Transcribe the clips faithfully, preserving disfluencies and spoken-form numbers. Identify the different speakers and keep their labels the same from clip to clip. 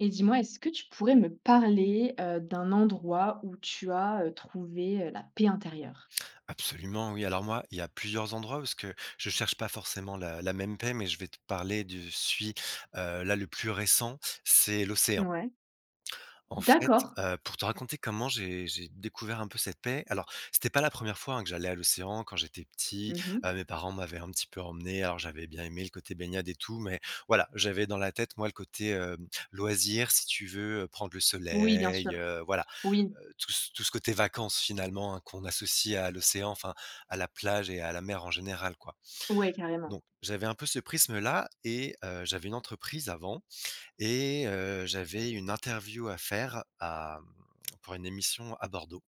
Speaker 1: Et dis-moi, est-ce que tu pourrais me parler, heu, d'un endroit où tu as, heu, trouvé, heu, la paix intérieure?
Speaker 2: Absolument, oui. Alors moi, il y a plusieurs endroits parce que je cherche pas forcément la, la même paix, mais je vais te parler du celui euh, là le plus récent, c'est l'océan.
Speaker 1: Ouais.
Speaker 2: En fait,
Speaker 1: D'accord.
Speaker 2: euh, pour te raconter comment j'ai j'ai découvert un peu cette paix. Alors, c'était pas la première fois hein, que j'allais à l'océan quand j'étais petit. Euh,
Speaker 1: Mmh.
Speaker 2: mes parents m'avaient un petit peu emmené. Alors, j'avais bien aimé le côté baignade et tout, mais voilà, j'avais dans la tête moi le côté euh, loisir, si tu veux, euh, prendre le
Speaker 1: Oui, bien
Speaker 2: soleil,
Speaker 1: sûr.
Speaker 2: euh, voilà.
Speaker 1: Oui.
Speaker 2: heu, tout ce tout ce côté vacances finalement, hein, qu'on associe à l'océan, enfin à la plage et à la mer en général, quoi.
Speaker 1: Ouais, carrément.
Speaker 2: Donc j'avais un peu ce prisme-là et heu, j'avais une entreprise avant et heu, j'avais une interview à faire à mmh, pour une émission à Bordeaux.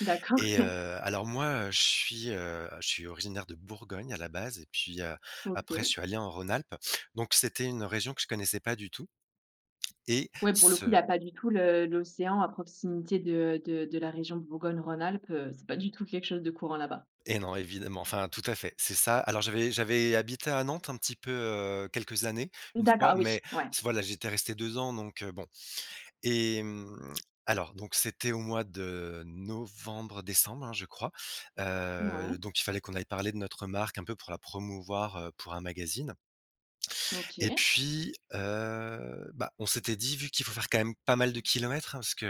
Speaker 1: D'accord.
Speaker 2: Et heu, alors moi, heu, je suis, heu, je suis originaire de Bourgogne à la base et puis, heu, après je
Speaker 1: OK.
Speaker 2: suis allé en Rhône-Alpes. Donc c'était une région que je connaissais pas du tout et
Speaker 1: Ouais, pour le coup, il n'y
Speaker 2: ce
Speaker 1: a pas du tout le l'océan à proximité de de de la région de Bourgogne-Rhône-Alpes, heu, c'est pas du tout quelque chose de courant là-bas.
Speaker 2: Et non, évidemment, enfin, tout à fait, c'est ça. Alors j'avais j'avais habité à Nantes un petit peu, heu, quelques années, une
Speaker 1: D'accord,
Speaker 2: fois,
Speaker 1: ah
Speaker 2: mais
Speaker 1: oui, ouais.
Speaker 2: voilà, j'étais resté deux ans donc heu, bon. Et mmh, alors donc c'était au mois de novembre-décembre, hein, je crois,
Speaker 1: Ouais.
Speaker 2: heu, donc il fallait qu'on aille parler de notre marque un peu pour la promouvoir, heu, pour un magazine. Et
Speaker 1: OK.
Speaker 2: puis, heu, bah, on s'était dit vu qu'il faut faire quand même pas mal de kilomètres, hein, parce que,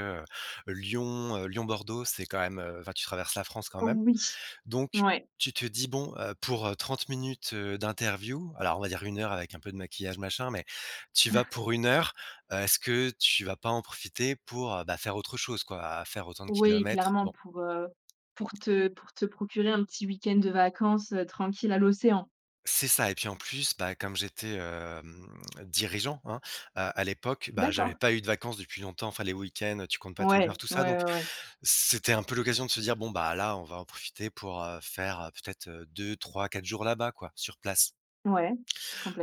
Speaker 2: heu, Lyon, heu, Lyon-Bordeaux, c'est quand même, heu, enfin tu traverses la France quand même.
Speaker 1: Oui,
Speaker 2: Donc,
Speaker 1: ouais.
Speaker 2: tu te dis: «Bon, heu, pour, heu, trente minutes, heu, d'interview», alors on va dire une heure avec un peu de maquillage machin, mais tu vas pour une heure, heu, est-ce que tu vas pas en profiter pour, heu, bah, faire autre chose quoi, à faire autant de
Speaker 1: Oui,
Speaker 2: kilomètres?
Speaker 1: clairement
Speaker 2: Bon,
Speaker 1: pour, heu, pour te pour te procurer un petit week-end de vacances, heu, tranquille à l'océan.
Speaker 2: c'est ça et puis en plus, bah, comme j'étais, hem, dirigeant, hein, à à l'époque, bah, j'avais
Speaker 1: D'accord.
Speaker 2: pas eu de vacances depuis longtemps, enfin les week-ends, tu comptes pas tes heures,
Speaker 1: Ouais,
Speaker 2: tout ça,
Speaker 1: ouais,
Speaker 2: donc
Speaker 1: ouais, ouais.
Speaker 2: c'était un peu l'occasion de se dire: «Bon, bah, là, on va en profiter pour, heu, faire, heu, peut-être, heu, deux trois-quatre jours là-bas quoi, sur place».
Speaker 1: Ouais,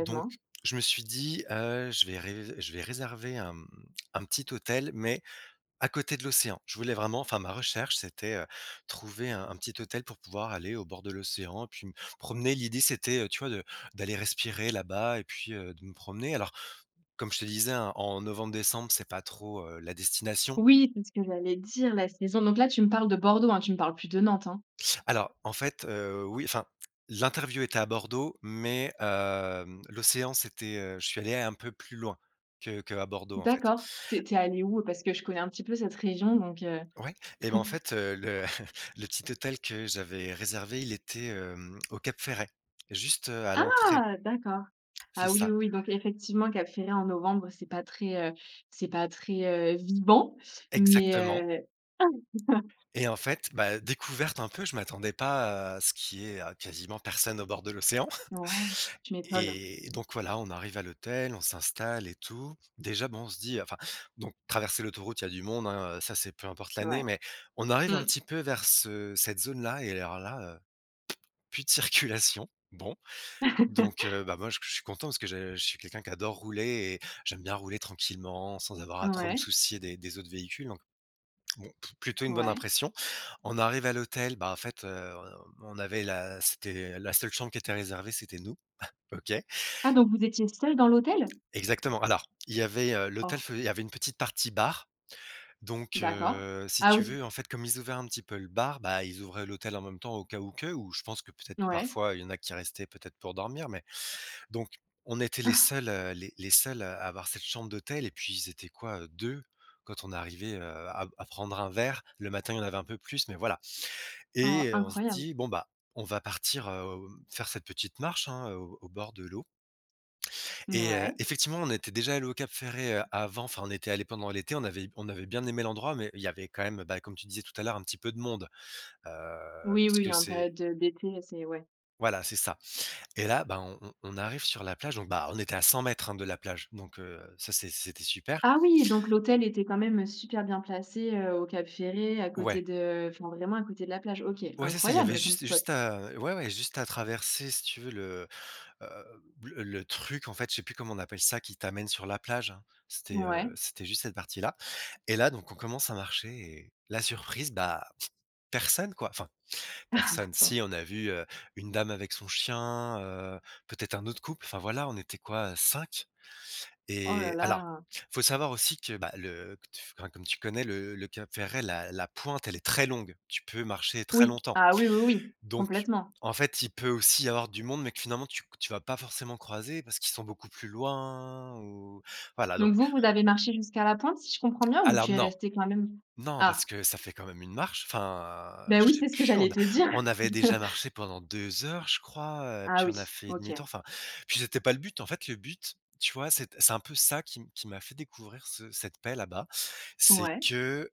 Speaker 2: Donc, je me suis dit, heu, je vais ré je vais réserver un, mmh, un petit hôtel, mais à côté de l'océan. Je voulais vraiment enfin ma recherche, c'était, heu, trouver un un petit hôtel pour pouvoir aller au bord de l'océan, puis me promener. L'idée, c'était, heu, tu vois, de d'aller respirer là-bas et puis, heu, de me promener. Alors, comme je te disais, hein, en novembre-décembre, c'est pas trop, heu, la destination.
Speaker 1: Oui, c'est ce que j'allais dire, la saison. Donc là, tu me parles de Bordeaux, hein, tu me parles plus de Nantes, hein?
Speaker 2: Alors, en fait, heu, oui, enfin, l'interview était à Bordeaux, mais, hem, l'océan, c'était, heu, je suis allé un peu plus loin que que à Bordeaux, en fait.
Speaker 1: D'accord. T'es t'es allé où? Parce que je connais un petit peu cette région, donc heu
Speaker 2: Ouais. Et ben, en fait, heu, le le petit hôtel que j'avais réservé, il était, hem, au Cap Ferret, juste, heu, à l'entrée.
Speaker 1: Ah! D'accord.
Speaker 2: C'est
Speaker 1: Ah oui,
Speaker 2: ça,
Speaker 1: oui, oui, donc effectivement, Cap Ferret en novembre, c'est pas très, heu, c'est pas très, heu, vivant,
Speaker 2: exactement.
Speaker 1: mais heu
Speaker 2: Et en fait, bah, découverte un peu, je m'attendais pas à ce qu'il y ait, heu, quasiment personne au bord de l'océan.
Speaker 1: ouais, tu m'étonnes.
Speaker 2: Et donc voilà, on arrive à l'hôtel, on s'installe et tout. Déjà, bon, on se dit enfin, donc traverser l'autoroute, il y a du monde, hein, heu, ça, c'est peu importe l'année,
Speaker 1: Ouais.
Speaker 2: mais on arrive un
Speaker 1: Mmh.
Speaker 2: petit peu vers ce cette zone-là et alors là, heu, plus de circulation. Bon. Donc heu, bah, moi je je suis content parce que je je suis quelqu'un qui adore rouler et j'aime bien rouler tranquillement sans avoir à trop me
Speaker 1: Ouais,
Speaker 2: soucier des des autres véhicules, donc bon, p plutôt une bonne
Speaker 1: ouais.
Speaker 2: impression. On arrive à l'hôtel, bah, en fait, heu, on avait la c'était la seule chambre qui était réservée, c'était nous. OK.
Speaker 1: Ah, donc vous étiez seuls dans l'hôtel?
Speaker 2: Exactement. Alors, il y avait, heu, l'hôtel
Speaker 1: Oh,
Speaker 2: fai il y avait une petite partie bar, donc
Speaker 1: d'accord.
Speaker 2: heu, si
Speaker 1: Ah
Speaker 2: tu
Speaker 1: oui,
Speaker 2: veux, en fait, comme ils ouvraient un petit peu le bar, bah, ils ouvraient l'hôtel en même temps au cas où que, ou je pense que peut-être
Speaker 1: ouais.
Speaker 2: parfois il y en a qui restaient peut-être pour dormir, mais... Donc, on était les seuls, heu, les les seuls à avoir cette chambre d'hôtel et puis ils étaient quoi? Heu, deux quand on arrivait, heu, à à prendre un verre. Le matin, il y en avait un peu plus, mais voilà.
Speaker 1: Oh,
Speaker 2: Et euh, on se
Speaker 1: incroyable.
Speaker 2: dit: «Bon, bah, on va partir, heu, faire cette petite marche, hein, au au bord de l'eau». Et heu,
Speaker 1: Ouais.
Speaker 2: effectivement, on était déjà allés au Cap Ferret, heu, avant. Enfin, on était allé pendant l'été, on avait on avait bien aimé l'endroit, mais il y avait quand même, bah, comme tu disais tout à l'heure, un petit peu de monde, heu,
Speaker 1: Oui,
Speaker 2: parce que
Speaker 1: oui, en
Speaker 2: c'est
Speaker 1: période de d'été, c'est ouais.
Speaker 2: voilà, c'est ça. Et là, bah, on on on arrive sur la plage, donc bah, on était à cent mètres hein, de la plage, donc heu, ça c'est c'était super.
Speaker 1: Ah oui, donc l'hôtel était quand même super bien placé, heu, au Cap Ferré, à côté
Speaker 2: Ouais,
Speaker 1: de, enfin vraiment à côté de la plage. OK,
Speaker 2: ouais, c'est ça, il y avait
Speaker 1: incroyable comme
Speaker 2: juste
Speaker 1: spot.
Speaker 2: juste à... ouais, ouais, juste à traverser si tu veux le, heu, le le truc en fait, je sais plus comment on appelle ça, qui t'amène sur la plage, hein. C'était, heu,
Speaker 1: Ouais.
Speaker 2: c'était juste cette partie-là. Et là donc on commence à marcher et la surprise, bah, personne quoi, enfin personne, si on a vu, heu, une dame avec son chien, heu, peut-être un autre couple, enfin voilà, on était quoi, cinq.
Speaker 1: Oh là
Speaker 2: Et alors,
Speaker 1: là.
Speaker 2: faut savoir aussi que, bah, le que tu enfin, comme tu connais le le Cap Ferret, la la pointe, elle est très longue. Tu peux marcher très
Speaker 1: Oui.
Speaker 2: longtemps.
Speaker 1: Ah oui, oui, oui,
Speaker 2: Donc,
Speaker 1: complètement.
Speaker 2: en fait, il peut aussi y avoir du monde, mais que finalement tu tu vas pas forcément croiser parce qu'ils sont beaucoup plus loin ou voilà donc...
Speaker 1: Donc vous, vous avez marché jusqu'à la pointe, si je comprends bien, ou
Speaker 2: alors
Speaker 1: tu es
Speaker 2: non,
Speaker 1: resté quand même?
Speaker 2: non,
Speaker 1: Ah,
Speaker 2: parce que ça fait quand même une marche. Enfin,
Speaker 1: ben
Speaker 2: je
Speaker 1: oui,
Speaker 2: sais
Speaker 1: c'est ce que
Speaker 2: plus, on
Speaker 1: j'allais
Speaker 2: a
Speaker 1: te dire.
Speaker 2: on avait déjà marché pendant deux heures, je crois, heu,
Speaker 1: Ah
Speaker 2: puis on a
Speaker 1: oui,
Speaker 2: fait
Speaker 1: OK.
Speaker 2: demi-tour, enfin, puis c'était pas le but. En fait, le but, tu vois, c'est c'est un peu ça qui m qui m'a fait découvrir ce cette paix là-bas, c'est
Speaker 1: Ouais,
Speaker 2: que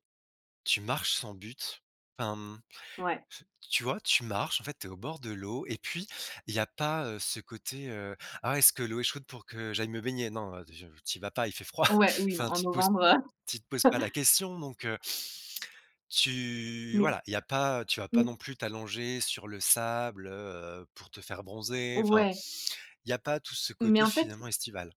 Speaker 2: tu marches sans but. Enfin, mmh,
Speaker 1: ouais,
Speaker 2: tu vois, tu marches, en fait, tu es au bord de l'eau et puis il y a pas, heu, ce côté, heu: «Ah, est-ce que l'eau est chaude pour que j'aille me baigner?» Non, tu vas pas, il fait froid.
Speaker 1: ouais, oui, non,
Speaker 2: Enfin,
Speaker 1: en
Speaker 2: tu te poses
Speaker 1: novembre, heu,
Speaker 2: tu te poses pas la question, donc tu
Speaker 1: mais,
Speaker 2: voilà, il y a pas tu vas pas non
Speaker 1: mmh,
Speaker 2: plus t'allonger sur le sable, heu, pour te faire bronzer, enfin,
Speaker 1: ouais,
Speaker 2: il y a pas tout ce
Speaker 1: mais
Speaker 2: côté
Speaker 1: en fait,
Speaker 2: finalement estival.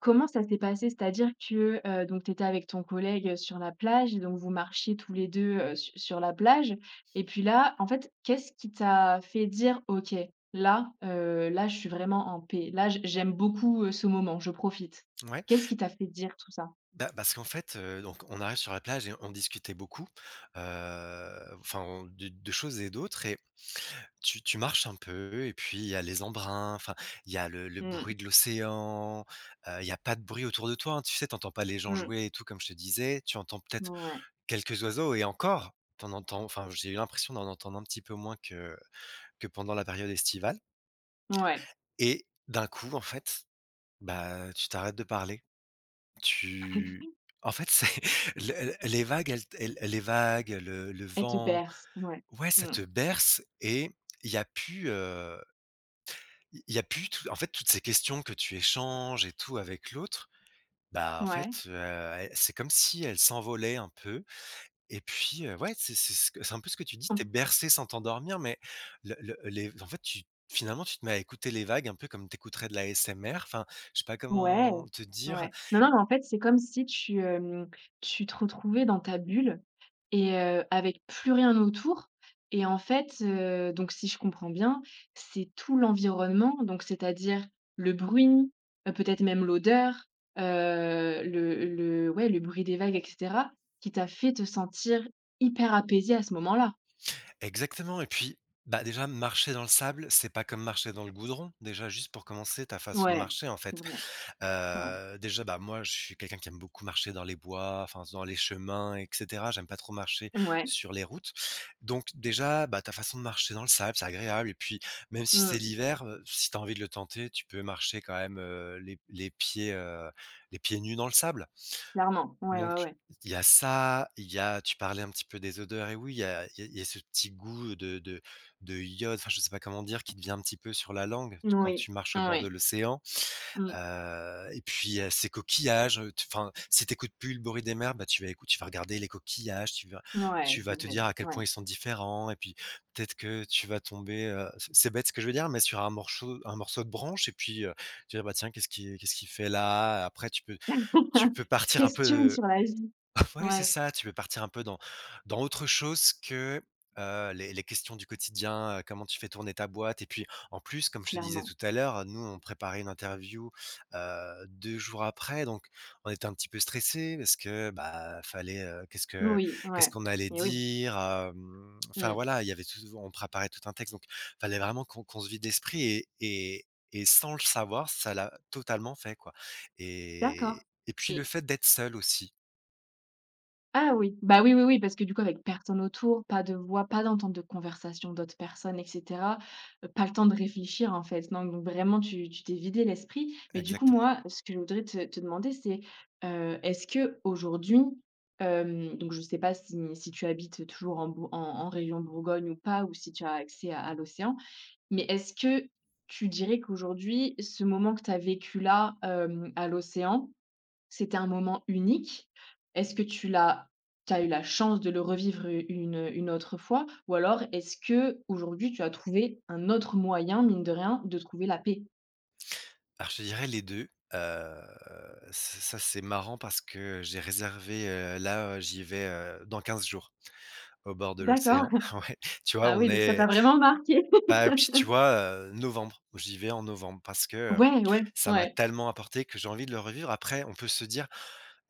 Speaker 1: comment ça s'est passé? C'est-à-dire que, heu, donc tu étais avec ton collègue sur la plage et donc vous marchiez tous les deux, heu, su sur la plage et puis là, en fait, qu'est-ce qui t'a fait dire: «OK, là, heu, là, je suis vraiment en paix. Là, j j'aime beaucoup, heu, ce moment, je profite»?
Speaker 2: Ouais,
Speaker 1: Qu'est-ce qui t'a fait dire tout ça?
Speaker 2: bah, parce qu'en fait, heu, donc on arrive sur la plage et on discutait beaucoup, heu, enfin on de de choses et d'autres et tu tu marches un peu et puis il y a les embruns, enfin, il y a le le bruit
Speaker 1: Mmh.
Speaker 2: de l'océan, heu, il y a pas de bruit autour de toi, hein, tu sais, t'entends pas les gens
Speaker 1: Mmh.
Speaker 2: jouer et tout comme je te disais, tu entends peut-être
Speaker 1: Ouais.
Speaker 2: quelques oiseaux. Et encore, t'en entends enfin, j'ai eu l'impression d'en entendre un petit peu moins que que pendant la période estivale.
Speaker 1: Ouais.
Speaker 2: Et d'un coup, en fait, bah, tu t'arrêtes de parler. Tu En fait, c'est le le- les vagues, elles elles les vagues, le le
Speaker 1: Elle te
Speaker 2: vent,
Speaker 1: berce. Ouais.
Speaker 2: ouais, ça
Speaker 1: Mmh.
Speaker 2: te berce, et il y a plus, heu, il y a plus tout en fait, toutes ces questions que tu échanges et tout avec l'autre, bah, en
Speaker 1: Ouais.
Speaker 2: fait, heu, c'est comme si elles s'envolaient un peu. Et puis, heu, ouais, c'est c'est ce que c'est un peu ce que tu dis, t'es bercé sans t'endormir, mais le le les en fait, tu finalement, tu te mets à écouter les vagues un peu comme t'écouterais de la S M R. Enfin, je sais pas
Speaker 1: Ouais,
Speaker 2: comment te dire
Speaker 1: ouais. Non, non, mais en fait, c'est comme si tu, hem, tu te retrouvais dans ta bulle et heu, avec plus rien autour. Et en fait, heu, donc si je comprends bien, c'est tout l'environnement, donc c'est-à-dire le bruit, heu, peut-être même l'odeur, heu, le le ouais, le bruit des vagues et cetera, qui t'a fait te sentir hyper apaisé à ce moment-là?
Speaker 2: exactement. Et puis, bah, déjà marcher dans le sable, c'est pas comme marcher dans le goudron. Déjà, juste pour commencer, ta façon de
Speaker 1: Ouais,
Speaker 2: marcher, en
Speaker 1: c'est
Speaker 2: fait.
Speaker 1: vrai. Ouais.
Speaker 2: Heu, déjà, bah, moi, je suis quelqu'un qui aime beaucoup marcher dans les bois, enfin, dans les chemins et cetera. J'aime pas trop marcher
Speaker 1: Ouais.
Speaker 2: sur les routes. Donc déjà, bah, ta façon de marcher dans le sable, c'est agréable et puis même si c'est
Speaker 1: Mmh.
Speaker 2: l'hiver, heu, si tu as envie de le tenter, tu peux marcher quand même, heu, les les pieds, heu, les pieds nus dans le sable.
Speaker 1: Clairement. Ouais,
Speaker 2: Donc
Speaker 1: ouais, ouais.
Speaker 2: il y a ça, il y a tu parlais un petit peu des odeurs et oui, il y a il y a il y a ce petit goût de de de iode, enfin, je sais pas comment dire, qui te vient un petit peu sur la langue, quand
Speaker 1: Moui.
Speaker 2: tu marches au bord de
Speaker 1: Oui.
Speaker 2: l'océan.
Speaker 1: Mmh.
Speaker 2: Heu et puis, heu, ces coquillages, heu, tu enfin, si t'écoutes plus le bruit des mers, bah, tu vas écouter, tu vas regarder les coquillages, tu vas
Speaker 1: Ouais,
Speaker 2: tu
Speaker 1: c'est
Speaker 2: vas te
Speaker 1: vrai,
Speaker 2: dire à quel
Speaker 1: ouais.
Speaker 2: point ils sont différents et puis peut-être que tu vas tomber, heu, c'est c'est bête ce que je veux dire, mais sur un morceau un morceau de branche et puis, heu, tu vas dire: «Bah, tiens, qu'est-ce qui qu'est-ce qu'il fait là?» Après tu peux tu peux
Speaker 1: Tu te
Speaker 2: partir un
Speaker 1: questionnes
Speaker 2: peu.
Speaker 1: sur la vie.
Speaker 2: Ouais, c'est
Speaker 1: Ouais,
Speaker 2: ça, tu peux partir un peu dans dans autre chose que, heu, les les questions du quotidien, heu, comment tu fais tourner ta boîte. Et puis, en plus, comme je te disais
Speaker 1: clairement.
Speaker 2: tout à l'heure, nous, on préparait une interview, heu, deux jours après, donc on était un petit peu stressé parce que, bah, fallait, heu, qu'est-ce que
Speaker 1: Oui,
Speaker 2: qu'est-ce
Speaker 1: ouais.
Speaker 2: qu'on allait
Speaker 1: Et oui.
Speaker 2: dire, hem, enfin,
Speaker 1: Mmh.
Speaker 2: voilà, il y avait tout on préparait tout un texte, donc fallait vraiment qu'on qu'on se vide l'esprit. Et et et sans le savoir, ça l'a totalement fait, quoi.
Speaker 1: D'accord.
Speaker 2: et et puis le
Speaker 1: Et
Speaker 2: fait d'être seul aussi,
Speaker 1: ah oui, bah, oui, oui, oui, parce que du coup avec personne autour, pas de voix, pas d'entente de conversation d'autres personnes et cetera, heu, pas le temps de réfléchir en fait, non, donc vraiment tu tu t'es vidé l'esprit. Mais du coup,
Speaker 2: exactement.
Speaker 1: moi, ce que je voudrais te te demander, c'est, heu, est-ce qu'aujourd'hui, hem, donc je ne sais pas si si tu habites toujours en Bour en en région Bourgogne ou pas, ou si tu as accès à à l'océan. Mais est-ce que tu dirais qu'aujourd'hui, ce moment que tu as vécu là, hem, à l'océan, c'était un moment unique? Est-ce que tu l'as t'as eu la chance de le revivre, heu, une, une autre fois? Ou alors est-ce que aujourd'hui tu as trouvé un autre moyen, mine de rien, de trouver la paix?
Speaker 2: Alors je te dirais les deux. Heu, ç ça c'est marrant parce que j'ai réservé, heu, là, heu, j'y vais, heu, dans quinze jours au bord de
Speaker 1: D'accord.
Speaker 2: l'océan. Ouais, tu vois,
Speaker 1: Ah
Speaker 2: on
Speaker 1: oui, donc ça t'a
Speaker 2: est
Speaker 1: vraiment marqué?
Speaker 2: bah, puis tu vois, heu, novembre, j'y vais en novembre parce que, heu,
Speaker 1: Ouais, ouais,
Speaker 2: ça m'a
Speaker 1: ouais.
Speaker 2: tellement apporté que j'ai envie de le revivre. Après on peut se dire: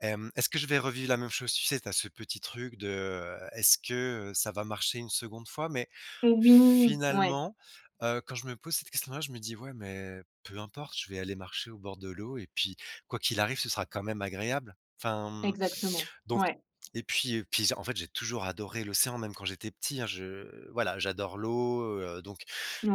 Speaker 2: Hem, est-ce que je vais revivre la même chose? Tu sais, tu as ce petit truc de, heu, est-ce que, heu, ça va marcher une seconde fois? Mais
Speaker 1: Oui, ouais,
Speaker 2: finalement, heu, quand je me pose cette question-là, je me dis: «Ouais, mais peu importe, je vais aller marcher au bord de l'eau et puis quoi qu'il arrive, ce sera quand même agréable». Enfin, mmh,
Speaker 1: exactement.
Speaker 2: donc
Speaker 1: Ouais,
Speaker 2: et puis et puis, en fait, j'ai toujours adoré l'océan, même quand j'étais petit, hein. Je voilà, j'adore l'eau, heu, donc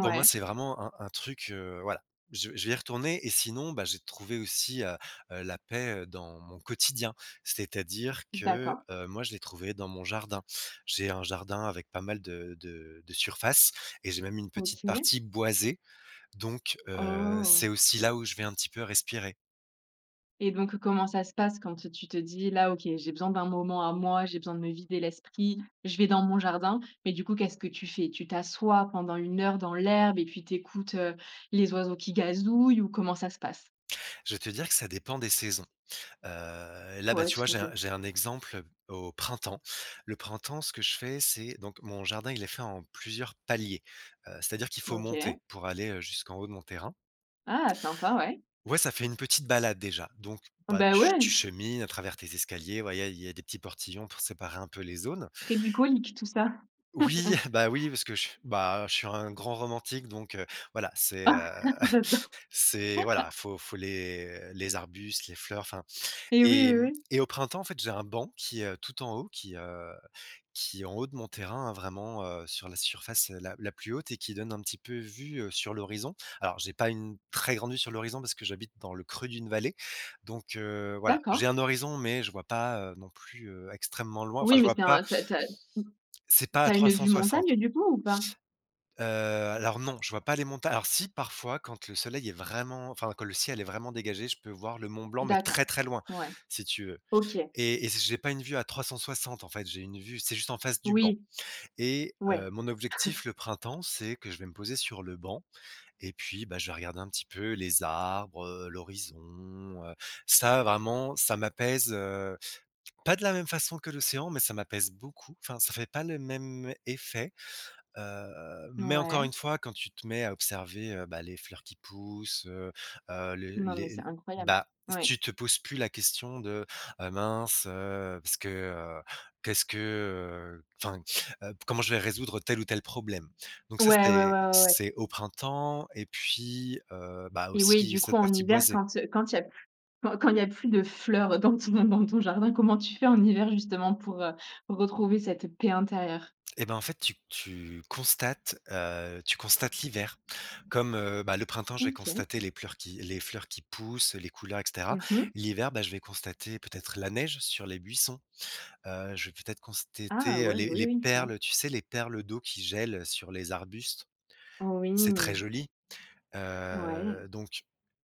Speaker 2: pour moi, c'est vraiment un un truc, heu, voilà, je je vais y retourner. Et sinon, bah, j'ai trouvé aussi, heu, la paix, heu, dans mon quotidien. C'est-à-dire que,
Speaker 1: d'accord.
Speaker 2: heu, moi je l'ai trouvée dans mon jardin. J'ai un jardin avec pas mal de de de surface et j'ai même une petite
Speaker 1: OK.
Speaker 2: partie boisée, donc heu,
Speaker 1: Oh!
Speaker 2: c'est aussi là où je vais un petit peu respirer.
Speaker 1: Et donc, comment ça se passe quand tu te dis: «Là, OK, j'ai besoin d'un moment à moi, j'ai besoin de me vider l'esprit, je vais dans mon jardin»? Mais du coup, qu'est-ce que tu fais? Tu t'assois pendant une heure dans l'herbe et puis t'écoutes écoutes les oiseaux qui gazouillent, ou comment ça se passe?
Speaker 2: Je vais te dire que ça dépend des saisons. Heu, là, bah,
Speaker 1: Ouais,
Speaker 2: tu vois,
Speaker 1: tout à
Speaker 2: j'ai un
Speaker 1: fait.
Speaker 2: j'ai un exemple au printemps. Le printemps, ce que je fais, c'est donc mon jardin, il est fait en plusieurs paliers, heu, c'est-à-dire qu'il faut monter
Speaker 1: OK.
Speaker 2: pour aller, heu, jusqu'en haut de mon terrain.
Speaker 1: Ah, sympa, ouais.
Speaker 2: Ouais, ça fait une petite balade déjà. Donc, bah,
Speaker 1: Bah,
Speaker 2: tu
Speaker 1: ouais,
Speaker 2: tu chemines à travers tes escaliers, ouais, il y a des petits portillons pour séparer un peu les zones.
Speaker 1: très bucolique tout ça.
Speaker 2: Oui, bah, oui, parce que je bah, je suis un grand romantique donc, heu, voilà, c'est, heu,
Speaker 1: Ah, j'adore.
Speaker 2: c'est voilà, faut faut les les arbustes, les fleurs, enfin.
Speaker 1: Et oui,
Speaker 2: Et
Speaker 1: oui,
Speaker 2: mmh
Speaker 1: oui.
Speaker 2: et au printemps, en fait, j'ai un banc qui est tout en haut, qui, heu, qui est en haut de mon terrain, hein, vraiment, heu, sur la surface, heu, la la plus haute et qui donne un petit peu vue, heu, sur l'horizon. Alors j'ai pas une très grande vue sur l'horizon parce que j'habite dans le creux d'une vallée, donc heu, voilà, j'ai
Speaker 1: D'accord.
Speaker 2: un horizon mais je vois pas, heu, non plus, heu, extrêmement loin. Enfin,
Speaker 1: Oui,
Speaker 2: je
Speaker 1: mais
Speaker 2: vois
Speaker 1: c'est
Speaker 2: pas.
Speaker 1: un t'as t'as
Speaker 2: C'est pas à
Speaker 1: t'as une vue
Speaker 2: trois cent soixante.
Speaker 1: montagne du coup ou pas?
Speaker 2: Heu, alors non, je vois pas les montagnes. Alors si, parfois, quand le soleil est vraiment enfin, quand le ciel est vraiment dégagé, je peux voir le Mont Blanc mais
Speaker 1: D'accord.
Speaker 2: très, très loin,
Speaker 1: Ouais.
Speaker 2: si tu veux.
Speaker 1: OK.
Speaker 2: Et et j'ai pas une vue à trois cent soixante en fait, j'ai une vue c'est juste en face du banc.
Speaker 1: Oui.
Speaker 2: Et
Speaker 1: Ouais.
Speaker 2: heu, mon objectif le printemps, c'est que je vais me poser sur le banc et puis, bah, je vais regarder un petit peu les arbres, heu, l'horizon, heu, ça vraiment, ça m'apaise, heu, pas de la même façon que l'océan, mais ça m'apaise beaucoup. Enfin, ça fait pas le même effet. Heu, mais encore
Speaker 1: Ouais.
Speaker 2: une fois, quand tu te mets à observer, heu, bah, les fleurs qui poussent, heu heu, le
Speaker 1: Non, mais c'est
Speaker 2: les
Speaker 1: incroyable.
Speaker 2: bah,
Speaker 1: Oui.
Speaker 2: tu te poses plus la question de: «Heu, mince, heu, parce que, heu, qu'est-ce que, heu, enfin, heu, comment je vais résoudre tel ou tel problème?» Donc ça,
Speaker 1: Ouais, ouais, ouais,
Speaker 2: c'est
Speaker 1: ouais, ouais.
Speaker 2: c'est au printemps et puis, heu, bah,
Speaker 1: Et oui,
Speaker 2: aussi
Speaker 1: du coup,
Speaker 2: cette
Speaker 1: en
Speaker 2: partie
Speaker 1: hiver,
Speaker 2: boisée.
Speaker 1: quand, heu, quand il y a plus quand quand il y a plus de fleurs dans ton dans ton jardin, comment tu fais en hiver justement pour, heu, retrouver cette paix intérieure?
Speaker 2: Et ben, en fait, tu tu constates, heu, tu constates l'hiver. Comme, heu, bah, le printemps, je vais
Speaker 1: OK.
Speaker 2: constater les fleurs qui les fleurs qui poussent, les couleurs, et cetera.
Speaker 1: Mmh.
Speaker 2: L'hiver, bah, je vais constater peut-être la neige sur les buissons. Heu, je vais peut-être
Speaker 1: Ah
Speaker 2: constater, heu,
Speaker 1: ouais,
Speaker 2: les
Speaker 1: oui,
Speaker 2: les
Speaker 1: oui, ouais.
Speaker 2: perles, tu sais, les perles d'eau qui gèlent sur les arbustes.
Speaker 1: Oui,
Speaker 2: C'est très joli.
Speaker 1: ouais,
Speaker 2: Heu, donc,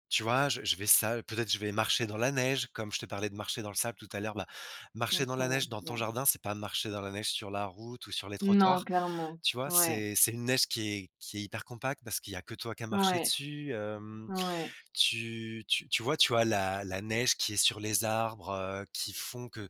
Speaker 2: tu vois, je je vais ça peut-être je vais marcher dans la neige, comme je te parlais de marcher dans le sable tout à l'heure. Bah, marcher dans la neige
Speaker 1: incroyable,
Speaker 2: dans ton
Speaker 1: ouais.
Speaker 2: jardin, c'est pas marcher dans la neige sur la route ou sur les
Speaker 1: Non,
Speaker 2: trottoirs.
Speaker 1: clairement.
Speaker 2: Tu vois?
Speaker 1: Ouais,
Speaker 2: C'est c'est une neige qui est qui est hyper compacte parce qu'il y a que toi qui as marché
Speaker 1: ouais,
Speaker 2: dessus, hem,
Speaker 1: ouais.
Speaker 2: tu tu tu vois, tu as la la neige qui est sur les arbres, heu, qui font que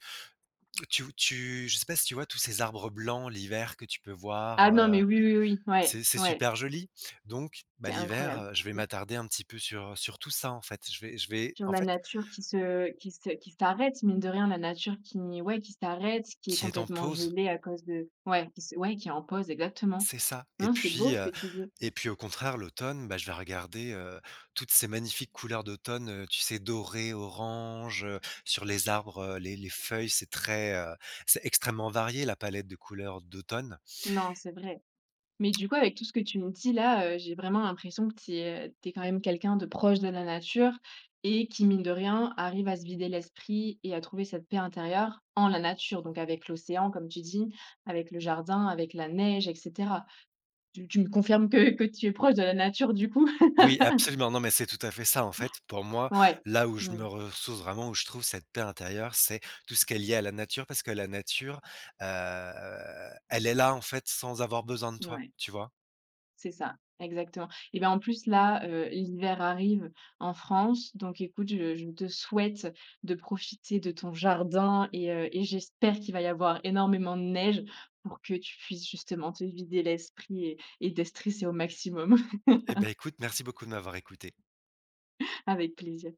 Speaker 2: tu tu je sais pas si tu vois tous ces arbres blancs l'hiver que tu peux voir,
Speaker 1: Ah non,
Speaker 2: heu,
Speaker 1: mais oui, oui, oui, ouais,
Speaker 2: c'est c'est
Speaker 1: ouais,
Speaker 2: super joli. Donc bah,
Speaker 1: c'est
Speaker 2: l'hiver,
Speaker 1: incroyable.
Speaker 2: heu, je vais m'attarder un petit peu sur, sur tout ça, en fait. Je vais je vais
Speaker 1: Sur
Speaker 2: en
Speaker 1: la
Speaker 2: fait,
Speaker 1: nature qui se qui se qui s'arrête, mine de rien, la nature qui ouais, qui s'arrête, qui est
Speaker 2: qui est en
Speaker 1: complètement
Speaker 2: pause.
Speaker 1: gelée à cause de ouais, qui se ouais, qui est en pause, exactement.
Speaker 2: C'est ça. Et
Speaker 1: Non, c'est beau
Speaker 2: puis,
Speaker 1: ce
Speaker 2: heu
Speaker 1: que tu dis.
Speaker 2: et puis au contraire l'automne, bah, je vais regarder, heu, toutes ces magnifiques couleurs d'automne, heu, tu sais doré, orange, heu, sur les arbres, heu, les les feuilles, c'est très, heu, c'est extrêmement varié la palette de couleurs d'automne.
Speaker 1: Non, c'est vrai. Mais du coup, avec tout ce que tu me dis là, heu, j'ai vraiment l'impression que tu es, heu, tu es quand même quelqu'un de proche de la nature et qui, mine de rien, arrive à se vider l'esprit et à trouver cette paix intérieure en la nature, donc avec l'océan, comme tu dis, avec le jardin, avec la neige et cetera. Tu tu me confirmes que que tu es proche de la nature, du coup?
Speaker 2: Oui, absolument, non mais c'est tout à fait ça en fait. Pour moi,
Speaker 1: Ouais.
Speaker 2: là où je me
Speaker 1: Mmh.
Speaker 2: ressource vraiment, où je trouve cette paix intérieure, c'est tout ce qui est lié à la nature parce que la nature, heu, elle est là en fait sans avoir besoin de toi,
Speaker 1: Ouais,
Speaker 2: tu vois?
Speaker 1: c'est ça, exactement. Et ben, en plus là, heu, l'hiver arrive en France, donc écoute, je je te souhaite de profiter de ton jardin et heu et j'espère qu'il va y avoir énormément de neige pour que tu puisses justement te vider l'esprit et et déstresser au maximum.
Speaker 2: Eh ben, écoute, merci beaucoup de m'avoir écouté.
Speaker 1: Avec plaisir.